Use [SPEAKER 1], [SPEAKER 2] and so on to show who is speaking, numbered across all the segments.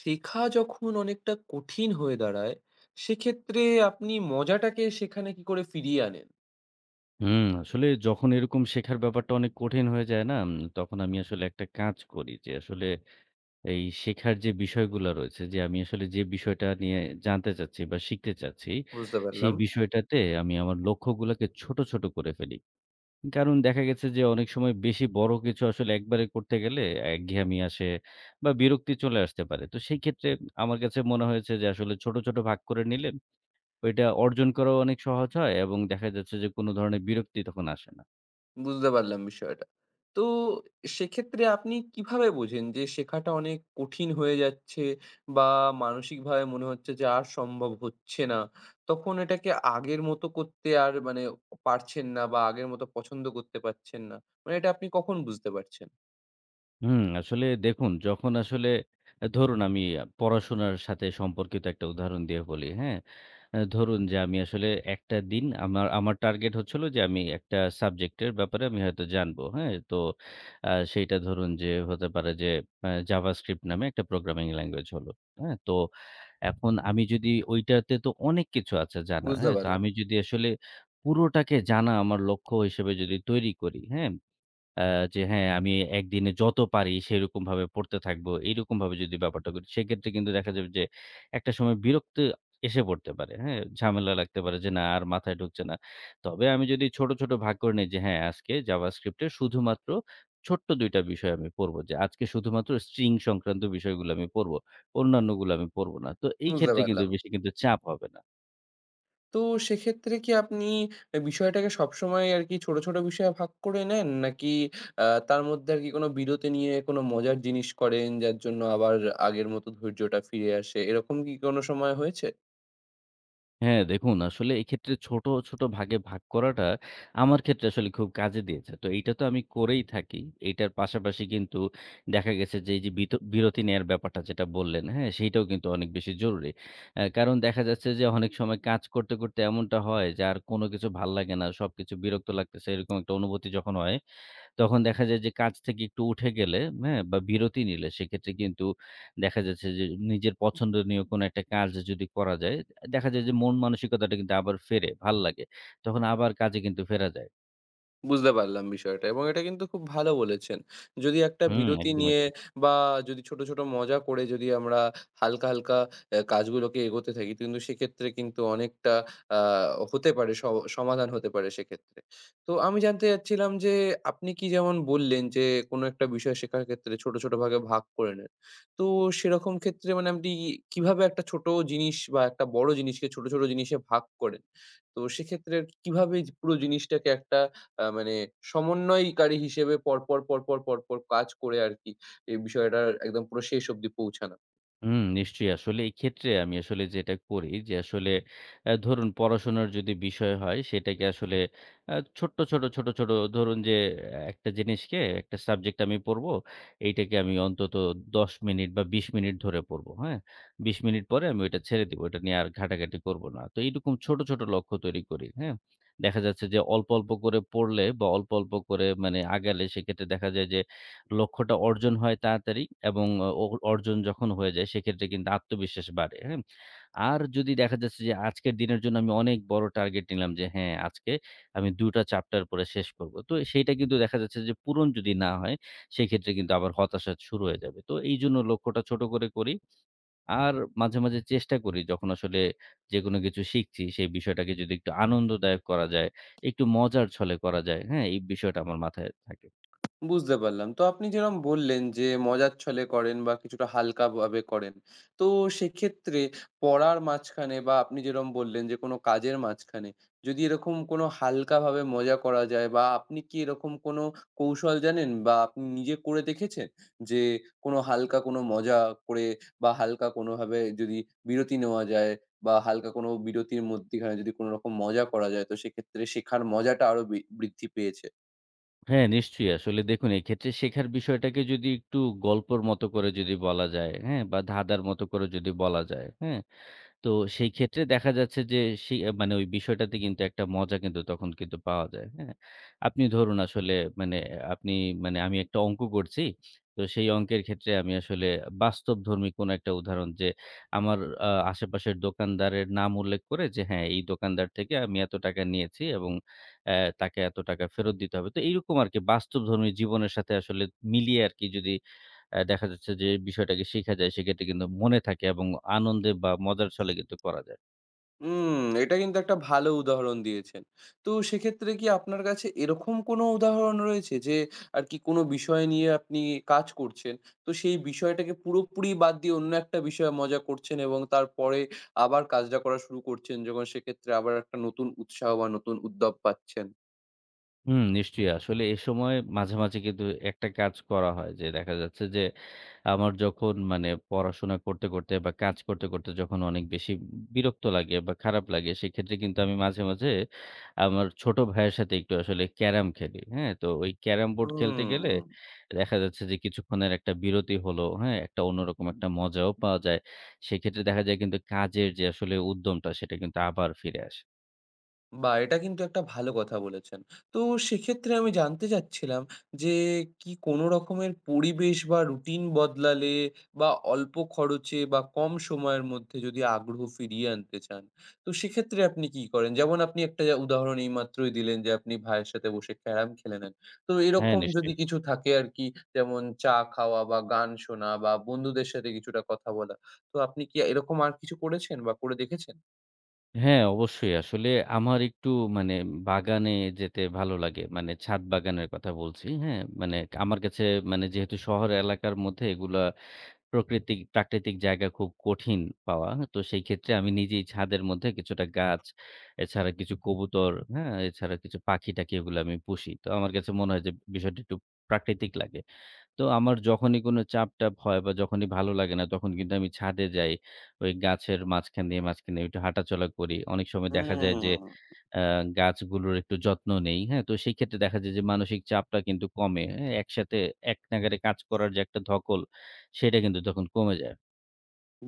[SPEAKER 1] শেখা যখন অনেকটা কঠিন হয়ে দাঁড়ায়, সেক্ষেত্রে আপনি মজাটাকে সেখানে কি করে ফিরিয়ে আনেন?
[SPEAKER 2] হুম, আসলে যখন এরকম শেখার ব্যাপারটা অনেক কঠিন হয়ে যায় না? তখন আমি আসলে একটা কাজ করি যে আসলে এই শেখার যে বিষয়গুলা রয়েছে যে আমি আসলে যে বিষয়টা নিয়ে জানতে চাচ্ছি বা শিখতে চাচ্ছি,
[SPEAKER 1] বুঝতে
[SPEAKER 2] সেই
[SPEAKER 1] পারলাম,
[SPEAKER 2] বিষয়টাতে আমি আমার লক্ষ্যগুলাকে ছোট, ছোট করে ফেলি। কারণ দেখা গেছে যে অনেক সময় বেশি বড় কিছু আসলে একবারে করতে গেলে একঘেয়েমি আসে বা বিরক্তি চলে আসতে পারে। তো সেই ক্ষেত্রে আমার কাছে মনে হয়েছে যে আসলে ছোট, ছোট ভাগ করে নিলে ওইটা অর্জন করাও অনেক সহজ হয় এবং দেখা যাচ্ছে যে কোনো ধরনের বিরক্তি তখন আসে না।
[SPEAKER 1] বুঝতে পারলাম বিষয়টা। তো সেক্ষেত্রে আপনি কিভাবে বোঝেন যে শেখাটা অনেক কঠিন হয়ে যাচ্ছে বা মানসিকভাবে মনে হচ্ছে যে আর সম্ভব হচ্ছে না। তখন এটাকে আগের মতো করতে আর মানে পারছেন না বা আগের মতো পছন্দ করতে পারছেন না। মানে এটা আপনি কখন বুঝতে পারছেন?
[SPEAKER 2] হুম, আসলে দেখুন যখন আসলে ধরুন আমি পড়াশোনার সাথে সম্পর্কিত একটা উদাহরণ দিয়ে বলি, হ্যাঁ? ধরুন যে আমি আসলে একটা দিন আমার আমার টার্গেট হচ্ছিল যে আমি একটা সাবজেক্টের ব্যাপারে আমি হয়তো জানবো, হ্যাঁ? তো সেইটা ধরুন যে হতে পারে যে JavaScript নামে একটা প্রোগ্রামিং ল্যাঙ্গুয়েজ হলো, হ্যাঁ? তো এখন আমি যদি ঐটাতে তো অনেক কিছু আছে জানার,
[SPEAKER 1] বুঝতে
[SPEAKER 2] হ্যাঁ? তো
[SPEAKER 1] পারলাম,
[SPEAKER 2] আমি যদি আসলে পুরোটাকে জানা আমার লক্ষ্য হিসেবে যদি তৈরি করি, হ্যাঁ? আ যে হ্যাঁ, আমি একদিনে যত পারি সেরকমভাবে পড়তে থাকবো। এইরকমভাবে যদি ব্যাপারটা করি, সেক্ষেত্রে কিন্তু দেখা যাবে যে একটা সময় বিরক্তি এসে পড়তে পারে। হ্যাঁ? ঝামেলা লাগতে পারে যে না আর মাথায় ঢুকছে না। তবে আমি যদি ছোট, ছোট ভাগ করে নেই যে হ্যাঁ, আজকে জাভাস্ক্রিপ্ট এর শুধুমাত্র ছোট্ট ২ টা বিষয় আমি পড়বো। যে আজকে শুধুমাত্র স্ট্রিং সংক্রান্ত বিষয়গুলো আমি পড়বো। অন্যান্যগুলো আমি পড়বো না। তো এই
[SPEAKER 1] বুঝতে
[SPEAKER 2] ক্ষেত্রে কিন্তু
[SPEAKER 1] পারলাম।
[SPEAKER 2] বেশি কিন্তু চাপ হবে না।
[SPEAKER 1] তো সেক্ষেত্রে কি আপনি বিষয়টাকে সবসময় আরকি ছোট, ছোট বিষয়ে ভাগ করে নেন? নাকি তার মধ্যে আরকি কোনো বিরতি নিয়ে কোনো মজার জিনিস করেন, যার জন্য আবার আগের মতো ধৈর্যটা ফিরে আসে? এরকম কি কোনো সময় হয়েছে?
[SPEAKER 2] হ্যাঁ, দেখুন আসলে এক্ষেত্রে ছোট, ছোট ভাগে ভাগ করাটা আমার ক্ষেত্রে আসলে খুব কাজে দিয়েছে। তো এইটা তো আমি করেই থাকি। এইটার পাশাপাশি কিন্তু দেখা গেছে যে এই যে বিরতি নেয়ার ব্যাপারটা যেটা বললেন, হ্যাঁ? সেইটাও কিন্তু অনেক বেশি জরুরি। কারণ দেখা যাচ্ছে যে অনেক সময় কাজ করতে, করতে এমনটা হয় যে আর কোনো কিছু ভাল লাগে না। সবকিছু বিরক্ত লাগতেছে এরকম একটা অনুভূতি যখন হয় তখন দেখা যায় যে কাজ থেকে একটু উঠে গেলে, হ্যাঁ? বা বিরতি নিলে সেক্ষেত্রে কিন্তু দেখা যাচ্ছে যে নিজের পছন্দনীয় কোনো একটা কাজ যদি করা যায়, দেখা যায় যে মন মানসিকতাটা কিন্তু আবার ফেরে, ভাল লাগে। তখন আবার কাজে কিন্তু ফেরা যায়।
[SPEAKER 1] বুঝতে পারলাম বিষয়টা, এবং এটা কিন্তু খুব ভালো বলেছেন। যদি একটা
[SPEAKER 2] হুম,
[SPEAKER 1] বিরতি
[SPEAKER 2] একদমই
[SPEAKER 1] নিয়ে
[SPEAKER 2] ঠিক।
[SPEAKER 1] বা যদি ছোট, ছোট মজা করে যদি আমরা হালকা, হালকা কাজগুলোকে এগোতে থাকি, কিন্তু সেক্ষেত্রে কিন্তু অনেকটা আ হতে পারে, সমাধান হতে পারে সেক্ষেত্রে। তো আমি জানতে চাচ্ছিলাম যে, আপনি কি যেমন বললেন যে কোনো একটা বিষয় শেখার ক্ষেত্রে ছোট, ছোট ভাগে ভাগ করে নেন। তো সেরকম ক্ষেত্রে মানে আপনি কিভাবে একটা ছোট জিনিস বা একটা বড় জিনিসকে ছোট, ছোট জিনিসে ভাগ করেন? তো সেক্ষেত্রে কিভাবে পুরো জিনিসটাকে একটা মানে সমন্বয়কারী হিসেবে পরপর, পরপর, পরপর কাজ করে আরকি এই বিষয়টার একদম পুরো শেষ অবধি পৌঁছানো।
[SPEAKER 2] হুম, নিশ্চয়ই। আসলে এই ক্ষেত্রে আমি আসলে যেটা করি যে আসলে ধরুন পড়াশোনার যদি বিষয় হয় সেটাকে আসলে আ ছোট ধরুন যে একটা জিনিসকে একটা সাবজেক্ট আমি পড়বো, এইটাকে আমি অন্তত ১০ মিনিট বা ২০ মিনিট ধরে পড়বো, হ্যাঁ? ২০ মিনিট পরে আমি ওইটা ছেড়ে দিব। এটা নিয়ে আর ঘাটাঘাটি করব না। তো এইরকম ছোট, ছোট লক্ষ্য তৈরি করি, হ্যাঁ? দেখা যাচ্ছে যে অল্প, অল্প করে পড়লে বা অল্প, অল্প করে মানে আগালে সেক্ষেত্রে দেখা যায় যে লক্ষ্যটা অর্জন হয় তাড়াতাড়ি এবং অ অ অর্জন যখন হয়ে যায় সেক্ষেত্রে কিন্তু আত্মবিশ্বাস বাড়ে, হ্যাঁ? আর যদি দেখা যাচ্ছে যে আজকের দিনের জন্য আমি অনেক বড় টার্গেট নিলাম যে হ্যাঁ, আজকে আমি ২ টা চ্যাপ্টার পড়ে শেষ করব। তো সেইটা কিন্তু দেখা যাচ্ছে যে পূরণ যদি না হয় সেক্ষেত্রে কিন্তু আবার হতাশা শুরু হয়ে যাবে। তো এইজন্য লক্ষ্যটা ছোট করে করি। আর মাঝে, মাঝে চেষ্টা করি যখন আসলে যেকোনো কিছু শিখছি সেই বিষয়টাকে যদি একটু আনন্দদায়ক করা যায়, একটু মজার ছলে করা যায়, হ্যাঁ? এই বিষয়টা আমার মাথায় থাকে।
[SPEAKER 1] বুঝতে পারলাম। তো আপনি যেরম বললেন যে মজার ছলে করেন বা কিছুটা হালকাভাবে করেন। তো সেক্ষেত্রে পড়ার মাঝখানে বা আপনি যেরম বললেন যে কোনো কাজের মাঝখানে যদি এরকম কোনো হালকাভাবে মজা করা যায়, বা আপনি কি এরকম কোনো কৌশল জানেন বা আপনি নিজে করে দেখেছেন? যে কোনো হালকা কোনো মজা করে বা হালকা কোনোভাবে যদি বিরতি নেওয়া যায়, বা হালকা কোনো বিরতির মধ্যিখানে যদি কোনোরকম মজা করা যায়, তো সেক্ষেত্রে শেখার মজাটা আরো বৃদ্ধি পেয়েছে?
[SPEAKER 2] হ্যাঁ, নিশ্চয়ই। আসলে দেখুন এক্ষেত্রে শেখার বিষয়টাকে যদি একটু গল্পর মতো করে যদি বলা যায়, হ্যাঁ? বা ধাঁধার মতো করে যদি বলা যায়, হ্যাঁ? তো সেই ক্ষেত্রে দেখা যাচ্ছে যে সেই মানে ওই বিষয়টাতে কিন্তু একটা মজা কিন্তু তখন কিন্তু পাওয়া যায়। হ্যাঁ? আপনি ধরুন আসলে মানে আপনি মানে আমি একটা অঙ্ক করছি। তো সেই অঙ্কের ক্ষেত্রে আমি আসলে বাস্তবধর্মী কোনো একটা উদাহরণ যে আমার আশেপাশের দোকানদারের নাম উল্লেখ করে যে হ্যাঁ, এই দোকানদার থেকে আমি এত টাকা নিয়েছি এবং অ্যা তাকে এত টাকা ফেরত দিতে হবে। তো এইরকম আরকি বাস্তবধর্মী জীবনের সাথে আসলে মিলিয়ে আরকি যদি দেখা যাচ্ছে যে বিষয়টাকে শিখা যায় সেক্ষেত্রে কিন্তু মনে থাকে এবং আনন্দে বা মজার ছলে কিন্তু করা যায়।
[SPEAKER 1] হুম, এটা কিন্তু একটা ভালো উদাহরণ দিয়েছেন। তো সেক্ষেত্রে কি আপনার কাছে এরকম কোনো উদাহরণ রয়েছে যে আর কি কোনো বিষয় নিয়ে আপনি কাজ করছেন, তো সেই বিষয়টাকে পুরোপুরি বাদ দিয়ে অন্য একটা বিষয়ে মজা করছেন, এবং তারপরে আবার কাজটা করা শুরু করছেন, যখন সেক্ষেত্রে আবার একটা নতুন উৎসাহ বা নতুন উদ্যম পাচ্ছেন?
[SPEAKER 2] হুম, নিশ্চয়ই। আসলে এ সময় মাঝে, মাঝে কিন্তু একটা কাজ করা হয় যে দেখা যাচ্ছে যে আমার যখন মানে পড়াশোনা করতে, করতে বা কাজ করতে, করতে যখন অনেক বেশি বিরক্ত লাগে বা খারাপ লাগে সেক্ষেত্রে কিন্তু আমি মাঝে, মাঝে আমার ছোট ভাইয়ের সাথে একটু আসলে ক্যারাম খেলি। হ্যাঁ? তো ওই ক্যারাম বোর্ড খেলতে গেলে
[SPEAKER 1] হুম।
[SPEAKER 2] দেখা যাচ্ছে যে কিছুক্ষণের একটা বিরতি হলো, হ্যাঁ? একটা অন্যরকম একটা মজাও পাওয়া যায়। সেক্ষেত্রে দেখা যায় কিন্তু কাজের যে আসলে উদ্যমটা সেটা কিন্তু আবার ফিরে আসে।
[SPEAKER 1] বাহ! এটা কিন্তু একটা ভালো কথা বলেছেন। তো সেক্ষেত্রে আমি জানতে চাচ্ছিলাম যে, কি কোনো রকমের পরিবেশ বা রুটিন বদলালে, বা অল্প খরচে বা কম সময়ের মধ্যে যদি আগ্রহ ফিরিয়ে আনতে চান, তো সেক্ষেত্রে আপনি কি করেন? যেমন আপনি একটা যা উদাহরণ এইমাত্রই দিলেন যে, আপনি ভাইয়ের সাথে বসে ক্যারাম খেলে নেন। তো
[SPEAKER 2] হ্যাঁ,
[SPEAKER 1] এরকম
[SPEAKER 2] নিশ্চয়ই।
[SPEAKER 1] যদি কিছু থাকে আরকি, যেমন চা খাওয়া বা গান শোনা বা বন্ধুদের সাথে কিছুটা কথা বলা। তো আপনি কি এরকম আর কিছু করেছেন বা করে দেখেছেন?
[SPEAKER 2] হ্যাঁ, অবশ্যই। আসলে আমার একটু মানে বাগানে যেতে ভালো লাগে। মানে ছাদ বাগানের কথা বলছি, হ্যাঁ? মানে আমার কাছে মানে যেহেতু শহর এলাকার মধ্যে এগুলা প্রাকৃতিক জায়গা খুব কঠিন পাওয়া। হ্যাঁ? তো সেই ক্ষেত্রে আমি নিজেই ছাদের মধ্যে কিছুটা গাছ, এছাড়া কিছু কবুতর, হ্যাঁ? এছাড়া কিছু পাখি-টাখি এগুলো আমি পুষি। তো আমার কাছে মনে হয় যে বিষয়টা একটু প্রাকৃতিক লাগে। তো আমার যখনই কোনো চাপ-টাপ হয় বা যখনই ভালো লাগে না, তখন কিন্তু আমি ছাদে যাই। ওই গাছের মাঝখান দিয়ে, মাঝখান দিয়ে একটু হাঁটাচলা করি। অনেক সময় দেখা যায় যে
[SPEAKER 1] হুম।
[SPEAKER 2] আ গাছগুলোর একটু যত্ন নেই। হ্যাঁ? তো সেই ক্ষেত্রে দেখা যায় যে মানসিক চাপটা কিন্তু কমে। হ্যাঁ? একসাথে এক নাগাড়ে কাজ করার যে একটা ধকল, সেটা কিন্তু তখন কমে যায়।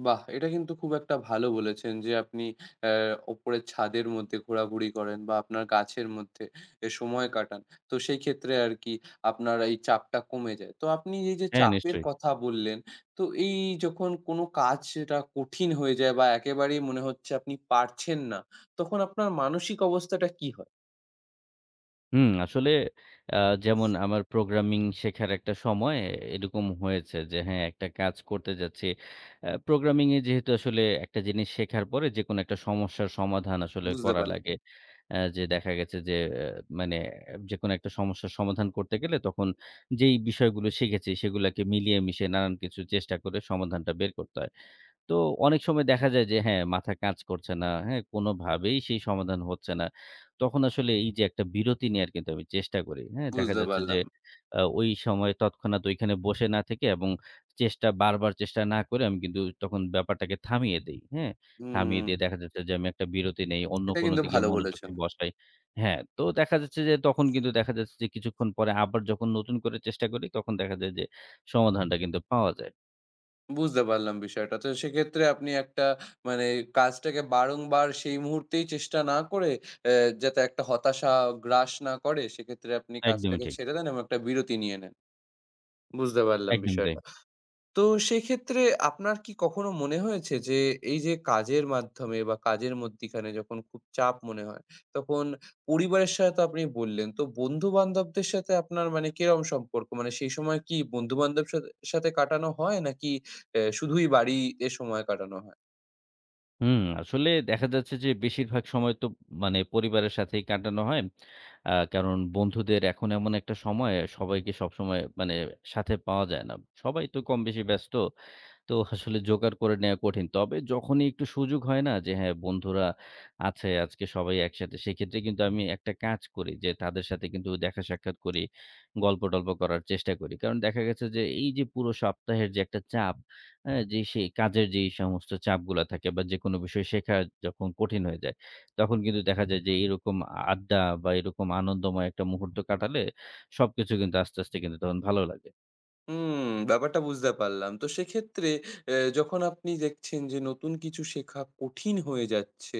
[SPEAKER 1] বাহ! এটা কিন্তু খুব একটা ভালো বলেছেন যে আপনি অ্যা ওপরের ছাদের মধ্যে ঘোরাঘুরি করেন, বা আপনার গাছের মধ্যে এ সময় কাটান। তো সেই ক্ষেত্রে আরকি আপনার এই চাপটা কমে যায়। তো আপনি এই যে
[SPEAKER 2] হ্যাঁ,
[SPEAKER 1] চাপের
[SPEAKER 2] নিশ্চয়ই।
[SPEAKER 1] কথা বললেন, তো এই, যখন কোনো কাজ সেটা কঠিন হয়ে যায় বা একেবারেই মনে হচ্ছে আপনি পারছেন না, তখন আপনার মানসিক অবস্থাটা কি হয়?
[SPEAKER 2] হুম, আসলে আ যেমন আমার প্রোগ্রামিং শেখার একটা সময় এরকম হয়েছে যে হ্যাঁ, একটা কাজ করতে যাচ্ছি। প্রোগ্রামিং এ যেহেতু আসলে একটা জিনিস শেখার পরে যেকোনো একটা সমস্যার সমাধান আসলে
[SPEAKER 1] বুঝতে
[SPEAKER 2] করা
[SPEAKER 1] পারলাম,
[SPEAKER 2] লাগে। যে দেখা গেছে যে আ মানে যেকোনো একটা সমস্যার সমাধান করতে গেলে তখন যেই বিষয়গুলো শিখেছি সেগুলাকে মিলিয়ে মিশিয়ে নানান কিছু চেষ্টা করে সমাধানটা বের করতে হয়। তো অনেক সময় দেখা যায় যে হ্যাঁ, মাথা কাজ করছে না, হ্যাঁ? কোনোভাবেই সেই সমাধান হচ্ছে না। তখন আসলে এই যে একটা বিরতি নেয়ার কিন্তু আমি চেষ্টা করি, হ্যাঁ? দেখা
[SPEAKER 1] বুঝতে
[SPEAKER 2] যাচ্ছে যে
[SPEAKER 1] পারলাম।
[SPEAKER 2] ওই সময় তৎক্ষণাৎ ওইখানে বসে না থেকে এবং চেষ্টা না করে আমি কিন্তু তখন ব্যাপারটাকে থামিয়ে দেই, হ্যাঁ? থামিয়ে
[SPEAKER 1] হুম,
[SPEAKER 2] দিয়ে দেখা যাচ্ছে যে আমি একটা বিরতি নেই, অন্য
[SPEAKER 1] এটা
[SPEAKER 2] কোনো
[SPEAKER 1] কিন্তু
[SPEAKER 2] দিকে
[SPEAKER 1] ভালো
[SPEAKER 2] মনোযোগকে
[SPEAKER 1] বলেছেন।
[SPEAKER 2] বসাই। হ্যাঁ, তো দেখা যাচ্ছে যে তখন কিন্তু দেখা যাচ্ছে যে কিছুক্ষণ পরে আবার যখন নতুন করে চেষ্টা করি তখন দেখা যায় যে সমাধানটা কিন্তু পাওয়া যায়।
[SPEAKER 1] বুঝতে পারলাম বিষয়টা। তো সেক্ষেত্রে আপনি একটা মানে কাজটাকে বারংবার সেই মুহূর্তেই চেষ্টা না করে, অ্যা যাতে একটা হতাশা গ্রাস না করে, সেক্ষেত্রে আপনি
[SPEAKER 2] একদমই
[SPEAKER 1] কাজটাকে
[SPEAKER 2] ঠিক,
[SPEAKER 1] ছেড়ে দেন এবং একটা বিরতি নিয়ে নেন। বুঝতে পারলাম
[SPEAKER 2] একদমই তাই।
[SPEAKER 1] বিষয়টা। তো সেক্ষেত্রে আপনার কি কখনো মনে হয়েছে যে, এই যে কাজের মাধ্যমে বা কাজের মধ্যিখানে যখন খুব চাপ মনে হয়, তখন পরিবারের সাথে তো আপনি বললেন, তো বন্ধু-বান্ধবদের সাথে আপনার মানে কিরকম সম্পর্ক? মানে সেই সময় কি বন্ধু-বান্ধব সাথে সাথে কাটানো হয়? নাকি শুধুই বাড়িতে সময় কাটানো হয়?
[SPEAKER 2] হুম, আসলে দেখা যাচ্ছে যে বেশিরভাগ সময় তো মানে পরিবারের সাথেই কাটানো হয়। কারণ বন্ধুদের এখন এমন একটা সময় সবাইকে সবসময় মানে সাথে পাওয়া যায় না। সবাই তো কম বেশি ব্যস্ত। তো আসলে জোগাড় করে নেওয়া কঠিন। তবে যখনই একটু সুযোগ হয় না যে হ্যাঁ, বন্ধুরা আছে আজকে সবাই একসাথে সেক্ষেত্রে কিন্তু আমি একটা কাজ করি যে তাদের সাথে কিন্তু দেখা সাক্ষাৎ করি, গল্প-টল্প করার চেষ্টা করি। কারণ দেখা গেছে যে এই যে পুরো সপ্তাহের যে একটা চাপ, হ্যাঁ? যে সেই কাজের যেই সমস্ত চাপগুলা থাকে বা যেকোনো বিষয় শেখা যখন কঠিন হয়ে যায়, তখন কিন্তু দেখা যায় যে এরকম আড্ডা বা এরকম আনন্দময় একটা মুহূর্ত কাটালে সবকিছু কিন্তু আস্তে, আস্তে কিন্তু তখন ভালো লাগে।
[SPEAKER 1] হুম, ব্যাপারটা বুঝতে পারলাম। তো সেক্ষেত্রে যখন আপনি দেখছেন যে নতুন কিছু শেখা কঠিন হয়ে যাচ্ছে,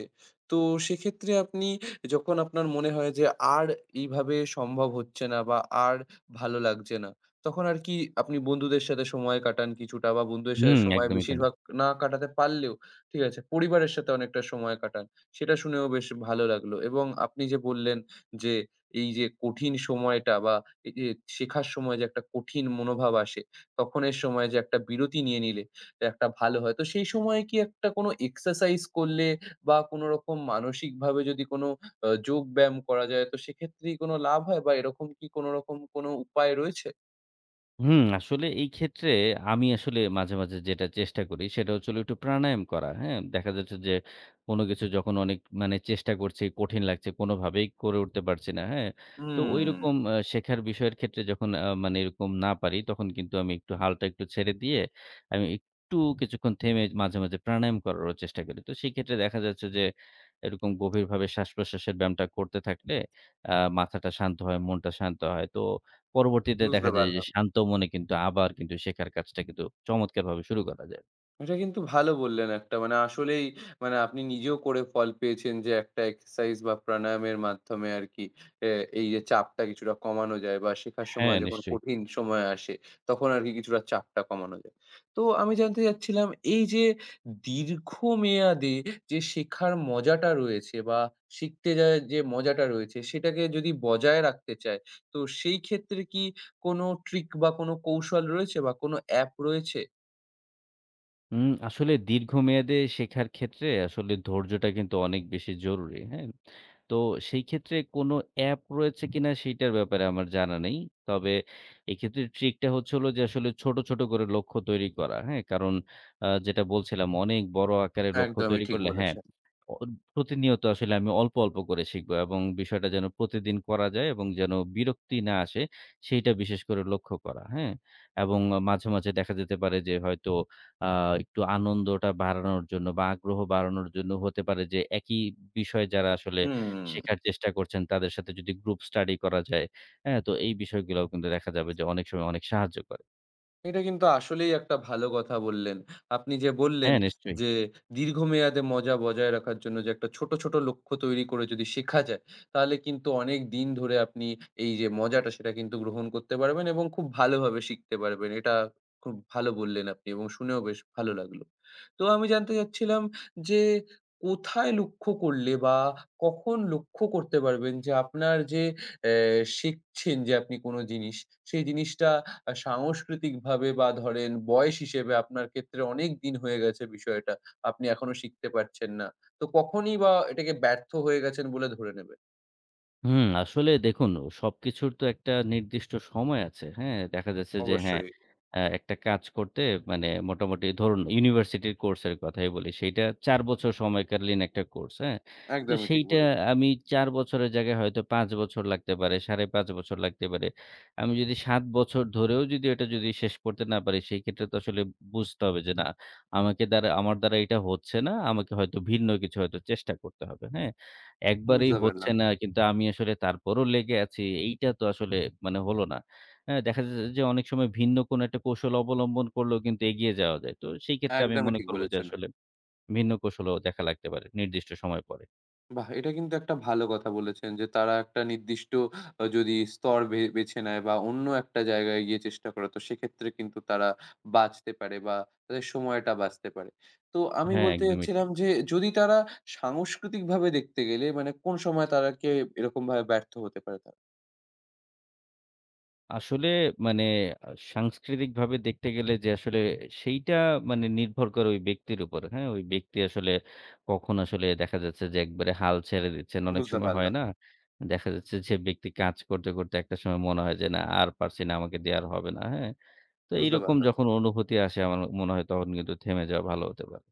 [SPEAKER 1] তো সেক্ষেত্রে আপনি, যখন আপনার মনে হয় যে আর এইভাবে সম্ভব হচ্ছে না বা আর ভালো লাগছে না, তখন আর কি আপনি বন্ধুদের সাথে সময় কাটান কিছুটা, বা বন্ধুদের সাথে
[SPEAKER 2] হুম,
[SPEAKER 1] সময়
[SPEAKER 2] একদমই তাই।
[SPEAKER 1] বেশিরভাগ না কাটাতে পারলেও, ঠিক আছে? পরিবারের সাথে অনেকটা সময় কাটান। সেটা শুনেও বেশ ভালো লাগলো, এবং আপনি যে বললেন যে এই যে কঠিন সময়টা বা এই যে শেখার সময় যে একটা কঠিন মনোভাব আসে, তখনের সময় যে একটা বিরতি নিয়ে নিলে একটা ভালো হয়। তো সেই সময়ে কি একটা কোনো এক্সারসাইজ করলে, বা কোনোরকম মানসিকভাবে যদি কোনো যোগব্যায়াম করা যায়, তো সেক্ষেত্রেই কোনো লাভ হয় বা এরকম কি কোনোরকম কোনো উপায় রয়েছে?
[SPEAKER 2] হুম, আসলে এই ক্ষেত্রে আমি আসলে মাঝে, মাঝে যেটা চেষ্টা করি সেটা হচ্ছে হলো একটু প্রাণায়াম করা। হ্যাঁ? দেখা যাচ্ছে যে কোনো কিছু যখন অনেক মানে চেষ্টা করছি, কঠিন লাগছে, কোনোভাবেই করে উঠতে পারছি না। হ্যাঁ? তো
[SPEAKER 1] হুম,
[SPEAKER 2] ঐরকম শেখার বিষয়ের ক্ষেত্রে যখন মানে এরকম না পারি তখন কিন্তু আমি একটু হালটা একটু ছেড়ে দিয়ে আমি একটু কিছুক্ষণ থেমে মাঝে, মাঝে প্রাণায়াম করারও চেষ্টা করি। তো সেই ক্ষেত্রে দেখা যাচ্ছে যে এরকম গভীরভাবে শ্বাস-প্রশ্বাসের ব্যায়ামটা করতে থাকলে আ মাথাটা শান্ত হয়, মনটা শান্ত হয়। তো পরবর্তীতে দেখা
[SPEAKER 1] বুঝতে
[SPEAKER 2] যায় যে
[SPEAKER 1] পারলাম।
[SPEAKER 2] শান্ত মনে কিন্তু আবার কিন্তু শেখার কাজটা কিন্তু চমৎকারভাবে শুরু করা যায়।
[SPEAKER 1] এটা কিন্তু ভালো বললেন একটা। মানে আসলেই, মানে আপনি নিজেও করে ফল পেয়েছেন যে একটা এক্সারসাইজ বা প্রাণায়ামের মাধ্যমে আরকি এ এই যে চাপটা কিছুটা কমানো যায় বা শেখার
[SPEAKER 2] হ্যাঁ,
[SPEAKER 1] সময় যখন
[SPEAKER 2] নিশ্চয়ই।
[SPEAKER 1] কঠিন সময় আসে, তখন আরকি কিছুটা চাপটা কমানো যায়। তো আমি জানতে চাচ্ছিলাম, এই যে দীর্ঘমেয়াদে যে শেখার মজাটা রয়েছে বা শিখতে যাওয়ার যে মজাটা রয়েছে, সেটাকে যদি বজায় রাখতে চায়, তো সেই ক্ষেত্রে কি কোনো ট্রিক বা কোনো কৌশল রয়েছে বা কোনো অ্যাপ রয়েছে?
[SPEAKER 2] আসলে দীর্ঘমেয়াদে শেখার ক্ষেত্রে আসলে ধৈর্যটা কিন্তু অনেক বেশি জরুরি। হ্যাঁ? তো সেই ক্ষেত্রে কোনো অ্যাপ রয়েছে কিনা সেইটার ব্যাপারে আমার জানা নেই। তবে এক্ষেত্রে ট্রিকটা হচ্ছে হলো যে আসলে ছোট, ছোট করে লক্ষ্য তৈরি করা। হ্যাঁ? কারণ যেটা বলছিলাম অনেক বড় আকারে লক্ষ্য
[SPEAKER 1] একদমই
[SPEAKER 2] তৈরি
[SPEAKER 1] ঠিক
[SPEAKER 2] করলে হ্যাঁ
[SPEAKER 1] বলেছেন।
[SPEAKER 2] অ প্রতিনিয়ত আসলে আমি অল্প, অল্প করে শিখবো এবং বিষয়টা যেন প্রতিদিন করা যায় এবং যেন বিরক্তি না আসে সেইটা বিশেষ করে লক্ষ্য করা, হ্যাঁ? এবং মাঝে, মাঝে দেখা যেতে পারে যে হয়তো আ একটু আনন্দটা বাড়ানোর জন্য বা আগ্রহ বাড়ানোর জন্য হতে পারে যে একই বিষয়ে যারা আসলে
[SPEAKER 1] হুম,
[SPEAKER 2] শেখার চেষ্টা করছেন তাদের সাথে যদি গ্রুপ স্টাডি করা যায়, হ্যাঁ? তো এই বিষয়গুলাও কিন্তু দেখা যাবে যে অনেক সময় অনেক সাহায্য করে।
[SPEAKER 1] এটা কিন্তু আসলেই একটা ভালো কথা বললেন। আপনি যে বললেন
[SPEAKER 2] হ্যাঁ, নিশ্চয়ই।
[SPEAKER 1] যে দীর্ঘমেয়াদে মজা বজায় রাখার জন্য যে একটা ছোট, ছোট লক্ষ্য তৈরি করে যদি শেখা যায়, তাহলে কিন্তু অনেক দিন ধরে আপনি এই যে মজাটা, সেটা কিন্তু গ্রহণ করতে পারবেন এবং খুব ভালোভাবে শিখতে পারবেন। এটা খুব ভালো বললেন আপনি, এবং শুনেও বেশ ভালো লাগলো। তো আমি জানতে চাচ্ছিলাম যে, কোথায় লক্ষ্য করলে বা কখন লক্ষ্য করতে পারবেন যে আপনার যে অ্যা শিখছেন যে আপনি কোন জিনিস, সেই জিনিসটা সাংস্কৃতিকভাবে বা ধরেন বয়স হিসেবে আপনার ক্ষেত্রে অনেক দিন হয়ে গেছে বিষয়টা। আপনি এখনো শিখতে পারছেন না। তো কখনই বা এটাকে ব্যর্থ হয়ে গেছেন বলে ধরে নেবেন?
[SPEAKER 2] হুম, আসলে দেখুন সবকিছুর তো একটা নির্দিষ্ট সময় আছে। হ্যাঁ? দেখা যাচ্ছে যে হ্যাঁ,
[SPEAKER 1] অবশ্যই।
[SPEAKER 2] একটা কাজ করতে মানে মোটামুটি ধরুন ইউনিভার্সিটির কোর্সের কথাই বলি। সেইটা ৪ বছর সময়কালীন একটা কোর্স। হ্যাঁ? তো
[SPEAKER 1] একদমই ঠিক
[SPEAKER 2] সেইটা
[SPEAKER 1] বলেছেন।
[SPEAKER 2] আমি ৪ বছরের জায়গায় হয়তো ৫ বছর লাগতে পারে, ৫.৫ বছর লাগতে পারে। আমি যদি ৭ বছর ধরেও যদি এটা যদি শেষ করতে না পারি সেই ক্ষেত্রে তো আসলে বুঝতে হবে যে না, আমাকে দ্বারা আমার দ্বারা এটা হচ্ছে না। আমাকে হয়তো ভিন্ন কিছু হয়তো চেষ্টা করতে হবে। হ্যাঁ? একবারেই
[SPEAKER 1] বুঝতে
[SPEAKER 2] হচ্ছে
[SPEAKER 1] পারলাম।
[SPEAKER 2] না কিন্তু আমি আসলে তারপরও লেগে আছি। এইটা তো আসলে মানে হলো না। হ্যাঁ, দেখা যাচ্ছে যে অনেক সময় ভিন্ন কোনো একটা কৌশল অবলম্বন করলেও কিন্তু এগিয়ে যাওয়া যায়। তো সেই ক্ষেত্রে আমি
[SPEAKER 1] একদমই
[SPEAKER 2] মনে
[SPEAKER 1] ঠিক
[SPEAKER 2] করব যে
[SPEAKER 1] বলেছেন।
[SPEAKER 2] আসলে ভিন্ন কৌশলও দেখা লাগতে পারে নির্দিষ্ট সময় পরে।
[SPEAKER 1] বাহ! এটা কিন্তু একটা ভালো কথা বলেছেন যে তারা একটা নির্দিষ্ট যদি স্তর বেছে নেয় বা অন্য একটা জায়গায় গিয়ে চেষ্টা করে, তো সেক্ষেত্রে কিন্তু তারা বাঁচতে পারে বা তাদের সময়টা বাঁচতে পারে। তো আমি
[SPEAKER 2] হ্যাঁ,
[SPEAKER 1] বলতে
[SPEAKER 2] একদমই ঠিক।
[SPEAKER 1] চাচ্ছিলাম যে, যদি তারা সাংস্কৃতিকভাবে দেখতে গেলে মানে কোন সময় তারা কে এরকমভাবে ব্যর্থ হতে পারে তারা?
[SPEAKER 2] আসলে মানে আ সাংস্কৃতিকভাবে দেখতে গেলে যে আসলে সেইটা মানে নির্ভর করে ওই ব্যক্তির উপর। হ্যাঁ? ওই ব্যক্তি আসলে কখন আসলে দেখা যাচ্ছে যে একবারে হাল ছেড়ে দিচ্ছেন। অনেক
[SPEAKER 1] বুঝতে
[SPEAKER 2] সময় হয়
[SPEAKER 1] পারলাম,
[SPEAKER 2] না? দেখা যাচ্ছে যে ব্যক্তি কাজ করতে, করতে একটা সময় মনে হয় যে না আর পারছি না, আমাকে দিয়ে আর হবে না। হ্যাঁ? তো
[SPEAKER 1] বুঝতে
[SPEAKER 2] এইরকম
[SPEAKER 1] পারলাম।
[SPEAKER 2] যখন অনুভূতি আসে আমার মনে হয় তখন কিন্তু থেমে যাওয়া ভালো হতে পারে।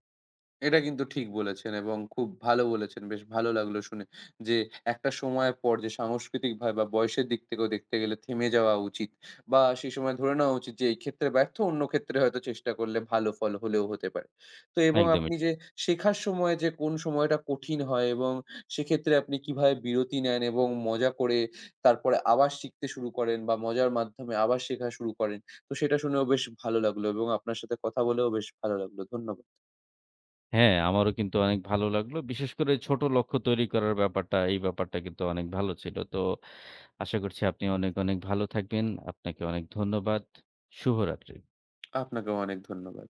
[SPEAKER 1] এটা কিন্তু ঠিক বলেছেন এবং খুব ভালো বলেছেন। বেশ ভালো লাগলো শুনে যে, একটা সময়ের পর যে সাংস্কৃতিকভাবে বা বয়সের দিক থেকেও দেখতে গেলে থেমে যাওয়া উচিত, বা সেই সময় ধরে নেওয়া উচিত যে, এই ক্ষেত্রে ব্যর্থ, অন্য ক্ষেত্রে হয়তো চেষ্টা করলে ভালো ফল হলেও হতে পারে। তো এবং
[SPEAKER 2] একদমই
[SPEAKER 1] আপনি
[SPEAKER 2] ঠিক।
[SPEAKER 1] যে শেখার সময় যে কোন সময়টা কঠিন হয়, এবং সেক্ষেত্রে আপনি কিভাবে বিরতি নেন এবং মজা করে তারপরে আবার শিখতে শুরু করেন, বা মজার মাধ্যমে আবার শেখা শুরু করেন। তো সেটা শুনেও বেশ ভালো লাগলো, এবং আপনার সাথে কথা বলেও বেশ ভালো লাগলো। ধন্যবাদ।
[SPEAKER 2] হ্যাঁ, আমারও কিন্তু অনেক ভালো লাগলো। বিশেষ করে ছোট লক্ষ্য তৈরি করার ব্যাপারটা, এই ব্যাপারটা কিন্তু অনেক ভালো ছিল। তো আশা করছি আপনি অনেক, অনেক ভালো থাকবেন। আপনাকে অনেক ধন্যবাদ। শুভরাত্রি।
[SPEAKER 1] আপনাকেও অনেক ধন্যবাদ।